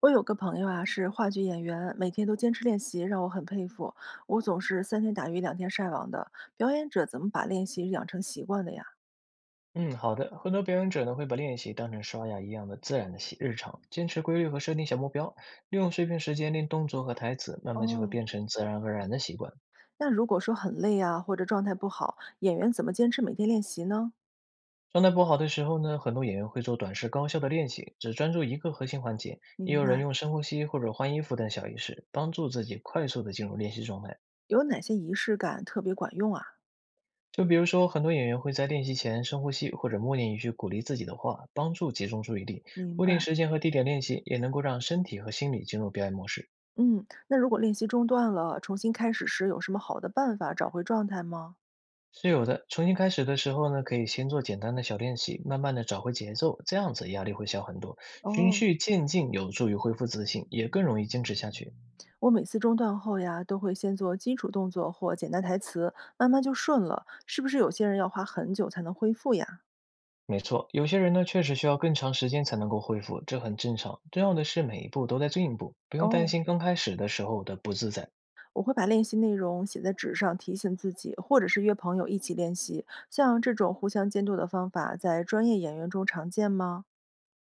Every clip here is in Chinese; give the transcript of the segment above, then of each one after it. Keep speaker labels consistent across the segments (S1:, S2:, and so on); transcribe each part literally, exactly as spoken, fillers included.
S1: 我有个朋友啊，是话剧演员，每天都坚持练习，让我很佩服。我总是三天打鱼两天晒网的。表演者怎么把练习养成习惯的呀？
S2: 嗯，好的。很多表演者呢会把练习当成刷牙一样的自然的习日常，坚持规律和设定小目标，利用碎片时间练动作和台词，慢慢就会
S1: 哦，
S2: 变成自然而然的习惯。
S1: 那如果说很累啊，或者状态不好，演员怎么坚持每天练习呢？
S2: 状态不好的时候呢，很多演员会做短时高效的练习，只专注一个核心环节；也
S1: 明
S2: 有人
S1: 白。
S2: 用深呼吸或者换衣服等小仪式，帮助自己快速的进入练习状态。
S1: 有哪些仪式感特别管用啊？
S2: 就比如说，很多演员会在练习前深呼吸，或者默念一句鼓励自己的话，帮助集中注意力。
S1: 明
S2: 固
S1: 白。
S2: 定时间和地点练习，也能够让身体和心理进入表演模式。
S1: 嗯，那如果练习中断了，重新开始时有什么好的办法找回状态吗？
S2: 是有的，重新开始的时候呢，可以先做简单的小练习，慢慢的找回节奏，这样子压力会小很多。循
S1: 哦。
S2: 序渐进，有助于恢复自信，也更容易坚持下去。
S1: 我每次中断后呀，都会先做基础动作或简单台词，慢慢就顺了。是不是有些人要花很久才能恢复呀？
S2: 没错，有些人呢确实需要更长时间才能够恢复，这很正常。重要的是每一步都在进步，不用担
S1: 哦，
S2: 心刚开始的时候的不自在。
S1: 我会把练习内容写在纸上，提醒自己，或者是约朋友一起练习。像这种互相监督的方法，在专业演员中常见吗？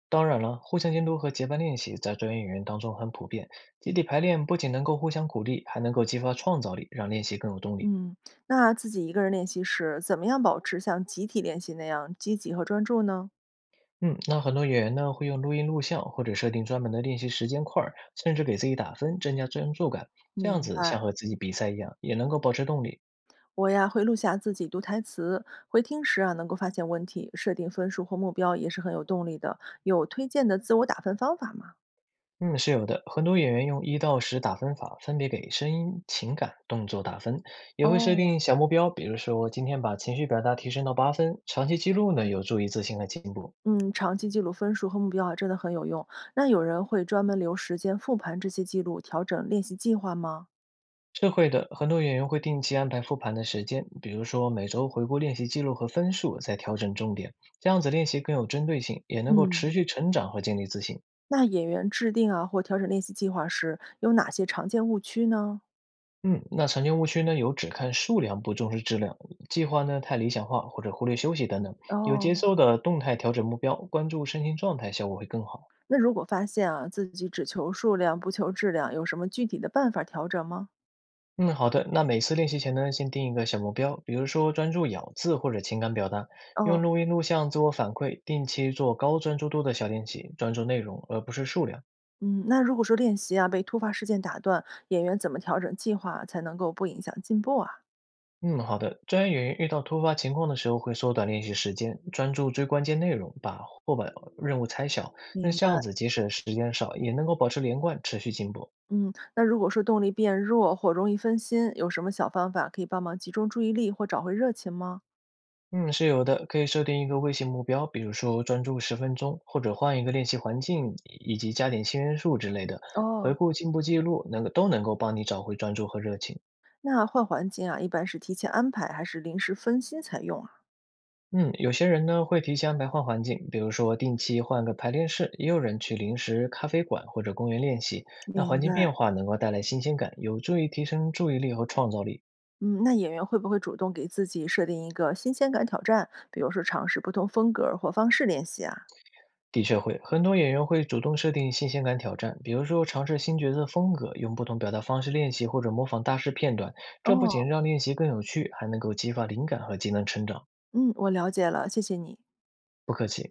S2: 当然了，互相监督和结伴练习在专业演员当中很普遍。集体排练不仅能够互相鼓励，还能够激发创造力，让练习更有动力。
S1: 嗯，那自己一个人练习时，怎么样保持像集体练习那样积极和专注呢？
S2: 嗯，那很多演员呢会用录音录像，或者设定专门的练习时间块儿，甚至给自己打分，增加专注感。这样
S1: 明
S2: 子
S1: 白。
S2: 像和自己比赛一样，也能够保持动力。
S1: 我呀会录下自己读台词，回听时啊能够发现问题，设定分数或目标也是很有动力的。有推荐的自我打分方法吗？
S2: 嗯，是有的。很多演员用一到十打分法，分别给声音、情感、动作打分，也会设
S1: 哦，
S2: 定小目标，比如说今天把情绪表达提升到八分。长期记录呢，有助于自信和进步。
S1: 嗯，长期记录分数和目标啊真的很有用。那有人会专门留时间复盘这些记录，调整练习计划吗？
S2: 是会的，很多演员会定期安排复盘的时间，比如说每周回顾练习记录和分数，再调整重点。这样子练习更有针对性，也能够
S1: 嗯，
S2: 持续成长和建立自信。
S1: 那演员制定啊或调整练习计划时有哪些常见误区呢？
S2: 嗯，那常见误区呢，有只看数量不重视质量，计划呢太理想化或者忽略休息等等。有节
S1: 哦，
S2: 奏的动态调整目标，关注身心状态，效果会更好。
S1: 那如果发现啊自己只求数量不求质量，有什么具体的办法调整吗？
S2: 嗯，好的。那每次练习前呢，先定一个小目标，比如说专注咬字或者情感表达，用
S1: 哦，
S2: 录音录像自我反馈，定期做高专注度的小练习，专注内容而不是数量。
S1: 嗯，那如果说练习啊被突发事件打断，演员怎么调整计划啊才能够不影响进步啊？
S2: 嗯，好的。专业演员遇到突发情况的时候，会缩短练习时间，专注最关键内容，把或把任务拆小。那
S1: 明
S2: 这样
S1: 白。
S2: 子，即使时间少，也能够保持连贯，持续进步。
S1: 嗯，那如果说动力变弱或容易分心，有什么小方法可以帮忙集中注意力或找回热情吗？
S2: 嗯，是有的，可以设定一个微型目标，比如说专注十分钟，或者换一个练习环境，以及加点新元素之类的。
S1: 哦，
S2: 回顾进步记录，能够都能够帮你找回专注和热情。
S1: 那换环境啊，一般是提前安排还是临时分心才用啊？
S2: 嗯，有些人呢会提前安排换环境，比如说定期换个排练室，也有人去临时咖啡馆或者公园练习。那
S1: 明
S2: 环境
S1: 白。
S2: 变化能够带来新鲜感，有助于提升注意力和创造力。
S1: 嗯，那演员会不会主动给自己设定一个新鲜感挑战，比如说尝试不同风格儿或方式练习啊？
S2: 的确会，很多演员会主动设定新鲜感挑战，比如说尝试新角色风格，用不同表达方式练习或者模仿大师片段。这不
S1: 哦，
S2: 仅让练习更有趣，还能够激发灵感和技能成长。
S1: 嗯，我了解了，谢谢你。
S2: 不客气。